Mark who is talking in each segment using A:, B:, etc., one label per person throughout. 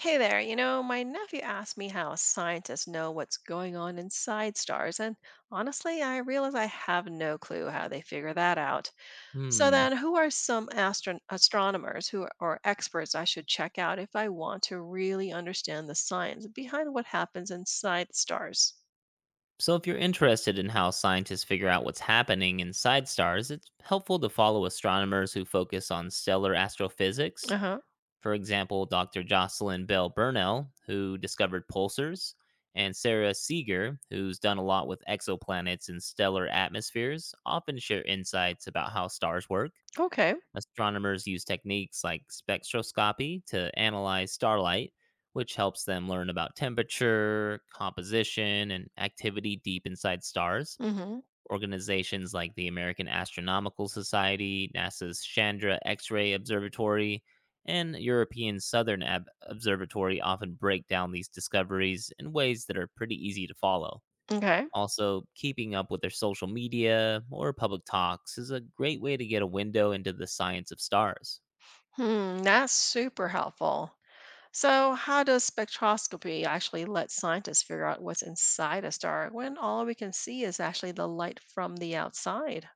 A: Hey there, you know, my nephew asked me how scientists know what's going on inside stars, and honestly, I realize I have no clue how they figure that out. So
B: Hmm.
A: then, who are some astronomers who are, or experts I should check out if I want to really understand the science behind what happens inside stars?
B: So, if you're interested in how scientists figure out what's happening inside stars, it's helpful to follow astronomers who focus on stellar astrophysics.
A: Uh-huh.
B: For example, Dr. Jocelyn Bell Burnell, who discovered pulsars, and Sarah Seeger, who's done a lot with exoplanets and stellar atmospheres, often share insights about how stars work.
A: Okay.
B: Astronomers use techniques like spectroscopy to analyze starlight, which helps them learn about temperature, composition, and activity deep inside stars.
A: Mm-hmm.
B: Organizations like the American Astronomical Society, NASA's Chandra X ray Observatory, and European Southern Observatory often break down these discoveries in ways that are pretty easy to follow.
A: Okay.
B: Also, keeping up with their social media or public talks is a great way to get a window into the science of stars.
A: Hmm, that's super helpful. So, how does spectroscopy actually let scientists figure out what's inside a star when all we can see is actually the light from the outside?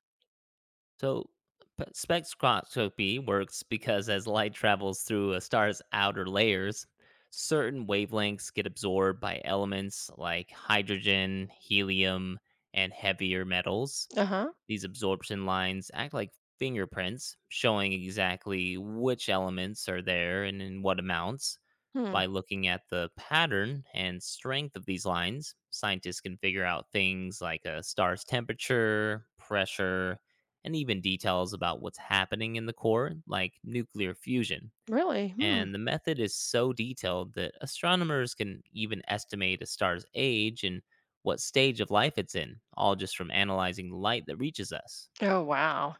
B: So, spectroscopy works because as light travels through a star's outer layers, certain wavelengths get absorbed by elements like hydrogen, helium, and heavier metals.
A: Uh huh.
B: These absorption lines act like fingerprints, showing exactly which elements are there and in what amounts.
A: Hmm.
B: By looking at the pattern and strength of these lines, scientists can figure out things like a star's temperature, pressure, and even details about what's happening in the core, like nuclear fusion.
A: Really? Hmm.
B: And the method is so detailed that astronomers can even estimate a star's age and what stage of life it's in, all just from analyzing light that reaches us.
A: Oh, wow.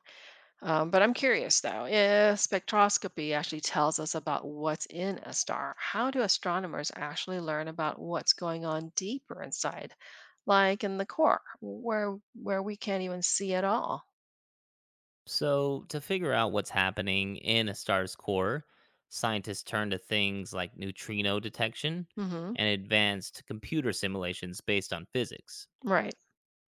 A: But I'm curious though, if spectroscopy actually tells us about what's in a star, how do astronomers actually learn about what's going on deeper inside, like in the core, where we can't even see at all?
B: So, to figure out what's happening in a star's core, scientists turn to things like neutrino detection
A: Hmm.
B: and advanced computer simulations based on physics.
A: Right.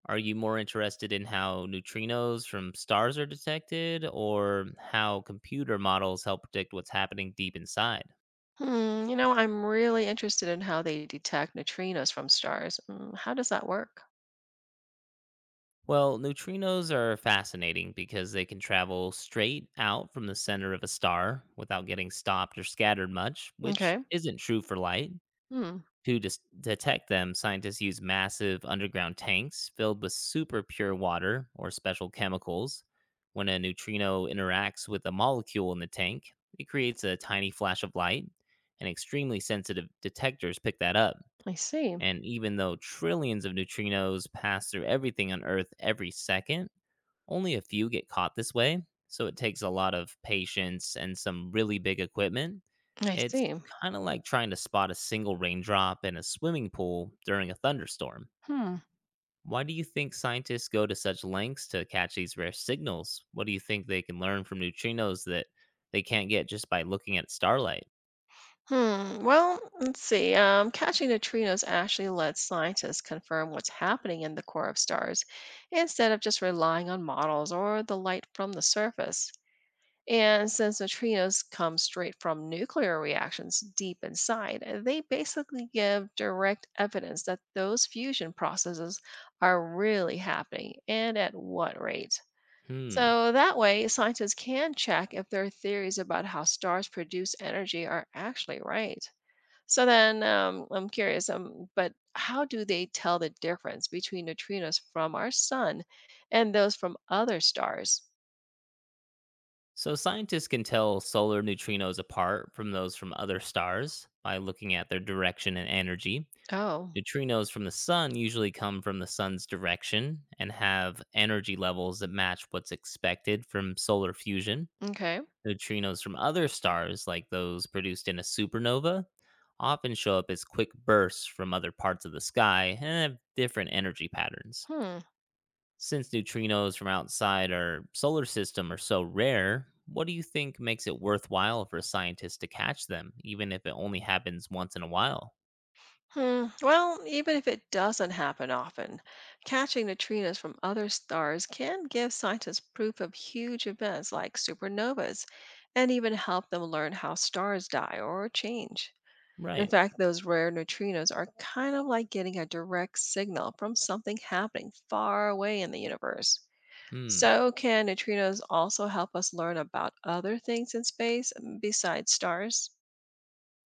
B: Are you more interested in how neutrinos from stars are detected or how computer models help predict what's happening deep inside?
A: Hmm, you know, I'm really interested in how they detect neutrinos from stars. Mm, how does that work?
B: Well, neutrinos are fascinating because they can travel straight out from the center of a star without getting stopped or scattered much, which
A: Okay.
B: isn't true for light.
A: Hmm.
B: To detect them, scientists use massive underground tanks filled with super pure water or special chemicals. When a neutrino interacts with a molecule in the tank, it creates a tiny flash of light, and extremely sensitive detectors pick that up.
A: I see.
B: And even though trillions of neutrinos pass through everything on Earth every second, only a few get caught this way. So it takes a lot of patience and some really big equipment.
A: I
B: It's
A: see.
B: kind of like trying to spot a single raindrop in a swimming pool during a thunderstorm.
A: Hmm.
B: Why do you think scientists go to such lengths to catch these rare signals? What do you think they can learn from neutrinos that they can't get just by looking at starlight?
A: Hmm. Well, let's see. Catching neutrinos actually lets scientists confirm what's happening in the core of stars instead of just relying on models or the light from the surface. And since the neutrinos come straight from nuclear reactions deep inside, they basically give direct evidence that those fusion processes are really happening and at what rate.
B: Hmm.
A: So that way, scientists can check if their theories about how stars produce energy are actually right. So then, I'm curious, but how do they tell the difference between neutrinos from our sun and those from other stars?
B: So, scientists can tell solar neutrinos apart from those from other stars by looking at their direction and energy.
A: Oh,
B: Neutrinos from the sun usually come from the sun's direction and have energy levels that match what's expected from solar fusion.
A: okay.
B: Neutrinos from other stars, like those produced in a supernova, often show up as quick bursts from other parts of the sky and have different energy patterns.
A: Hmm.
B: Since neutrinos from outside our solar system are so rare, what do you think makes it worthwhile for scientists to catch them, even if it only happens once in a while?
A: Hmm. Well, even if it doesn't happen often, catching neutrinos from other stars can give scientists proof of huge events like supernovas and even help them learn how stars die or change. In
B: Right.
A: fact, those rare neutrinos are kind of like getting a direct signal from something happening far away in the universe.
B: Hmm.
A: So, can neutrinos also help us learn about other things in space, mm, besides stars?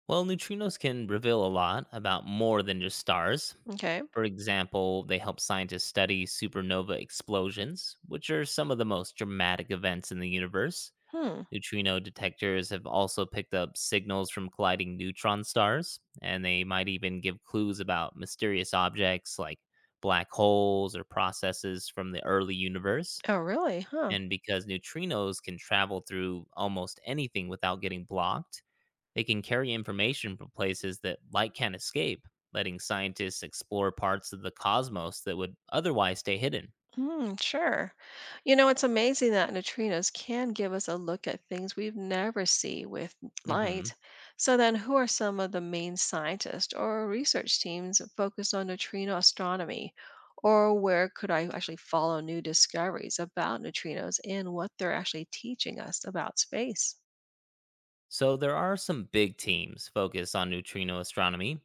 B: Well, neutrinos can reveal a lot about more than just stars.
A: Okay.
B: For example, they help scientists study supernova explosions, which are some of the most dramatic events in the universe.
A: Hmm.
B: Neutrino detectors have also picked up signals from colliding neutron stars, and they might even give clues about mysterious objects like black holes or processes from the early universe.
A: Oh, really? Huh.
B: And because neutrinos can travel through almost anything without getting blocked, they can carry information from places that light can't escape, letting scientists explore parts of the cosmos that would otherwise stay hidden.
A: Mm, sure. You know, it's amazing that neutrinos can give us a look at things we've never see with light.
B: Hmm.
A: So then, who are some of the main scientists or research teams focused on neutrino astronomy? Or where could I actually follow new discoveries about neutrinos and what they're actually teaching us about space?
B: So there are some big teams focused on neutrino astronomy,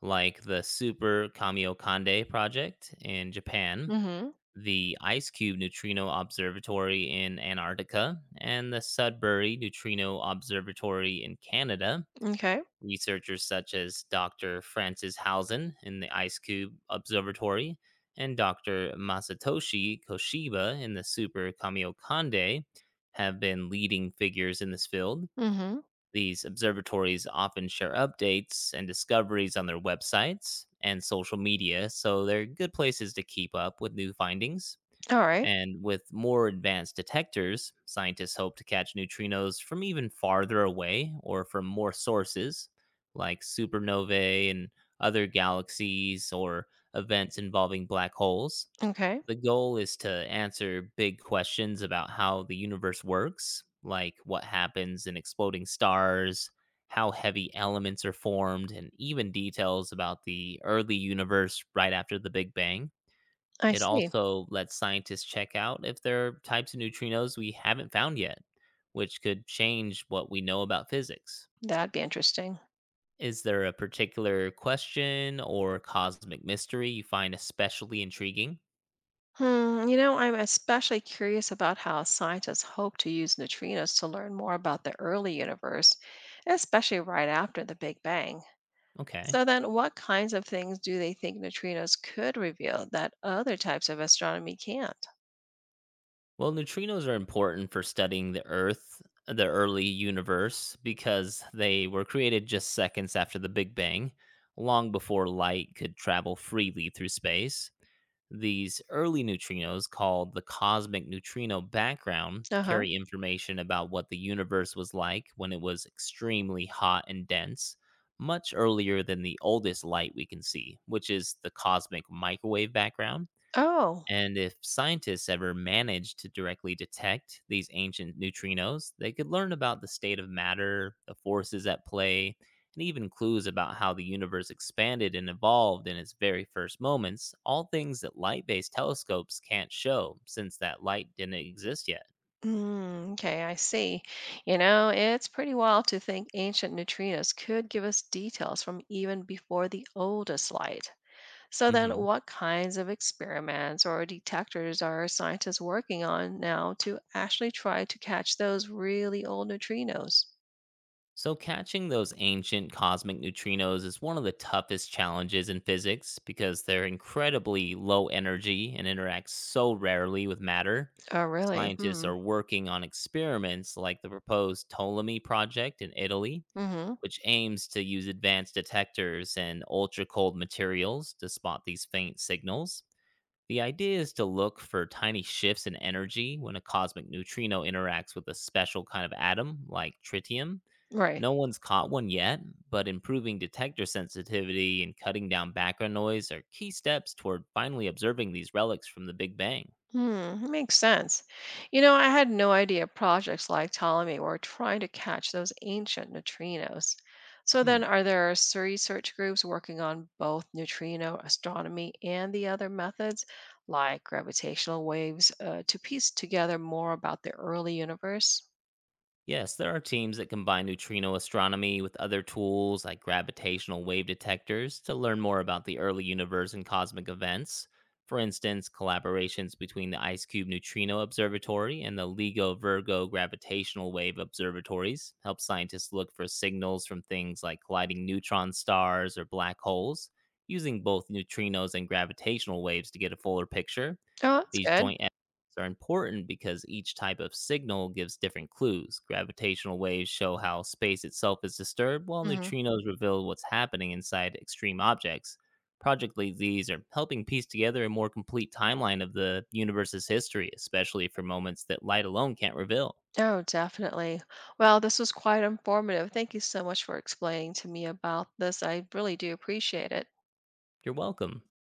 B: like the Super Kamiokande project in Japan,
A: Mm-hmm.
B: the Ice Cube Neutrino Observatory in Antarctica, and the Sudbury Neutrino Observatory in Canada.
A: Okay.
B: Researchers such as Dr. Francis Hausen in the Ice Cube Observatory and Dr. Masatoshi Koshiba in the Super Kamiokande have been leading figures in this field.
A: Hmm.
B: These observatories often share updates and discoveries on their websites and social media, so they're good places to keep up with new findings.
A: All right.
B: And with more advanced detectors, scientists hope to catch neutrinos from even farther away or from more sources, like supernovae and other galaxies or events involving black holes.
A: Okay.
B: The goal is to answer big questions about how the universe works, like what happens in exploding stars, how heavy elements are formed, and even details about the early universe right after the Big Bang.
A: I
B: It
A: see.
B: also lets scientists check out if there are types of neutrinos we haven't found yet, which could change what we know about physics.
A: That'd be interesting.
B: Is there a particular question or cosmic mystery you find especially intriguing?
A: Hmm, you know, I'm especially curious about how scientists hope to use neutrinos to learn more about the early universe, especially right after the Big Bang.
B: Okay.
A: So, then what kinds of things do they think neutrinos could reveal that other types of astronomy can't?
B: Well, neutrinos are important for studying the Earth, the early universe, because they were created just seconds after the Big Bang, long before light could travel freely through space. These early neutrinos, called the cosmic neutrino background,
A: Uh huh.
B: carry information about what the universe was like when it was extremely hot and dense, much earlier than the oldest light we can see, which is the cosmic microwave background.
A: Oh,
B: And if scientists ever managed to directly detect these ancient neutrinos, they could learn about the state of matter, the forces at play, and even clues about how the universe expanded and evolved in its very first moments, all things that light based telescopes can't show since that light didn't exist yet.
A: mm, okay, I see. You know, it's pretty wild to think ancient neutrinos could give us details from even before the oldest light. So then,
B: Hmm.
A: what kinds of experiments or detectors are scientists working on now to actually try to catch those really old neutrinos?
B: So, catching those ancient cosmic neutrinos is one of the toughest challenges in physics because they're incredibly low energy and interact so rarely with matter.
A: Oh, really?
B: Scientists
A: Hmm.
B: are working on experiments like the proposed Ptolemy project in Italy,
A: Mm-hmm.
B: which aims to use advanced detectors and ultra cold materials to spot these faint signals. The idea is to look for tiny shifts in energy when a cosmic neutrino interacts with a special kind of atom like tritium.
A: Right.
B: No one's caught one yet, but improving detector sensitivity and cutting down background noise are key steps toward finally observing these relics from the Big Bang.
A: Hmm, makes sense. You know, I had no idea projects like Ptolemy were trying to catch those ancient neutrinos. So
B: Hmm.
A: then, are there research groups working on both neutrino astronomy and the other methods, like gravitational waves, to piece together more about the early universe?
B: Yes, there are teams that combine neutrino astronomy with other tools like gravitational wave detectors to learn more about the early universe and cosmic events. For instance, collaborations between the IceCube Neutrino Observatory and the LIGO Virgo Gravitational Wave Observatories help scientists look for signals from things like colliding neutron stars or black holes, using both neutrinos and gravitational waves to get a fuller picture.
A: Oh, that's
B: These
A: good.
B: joint are important because each type of signal gives different clues. Gravitational waves show how space itself is disturbed, while
A: Hmm.
B: neutrinos reveal what's happening inside extreme objects. Project Lead these are helping piece together a more complete timeline of the universe's history, especially for moments that light alone can't reveal.
A: Oh, definitely. Well, this was quite informative. Thank you so much for explaining to me about this. I really do appreciate it.
B: You're welcome.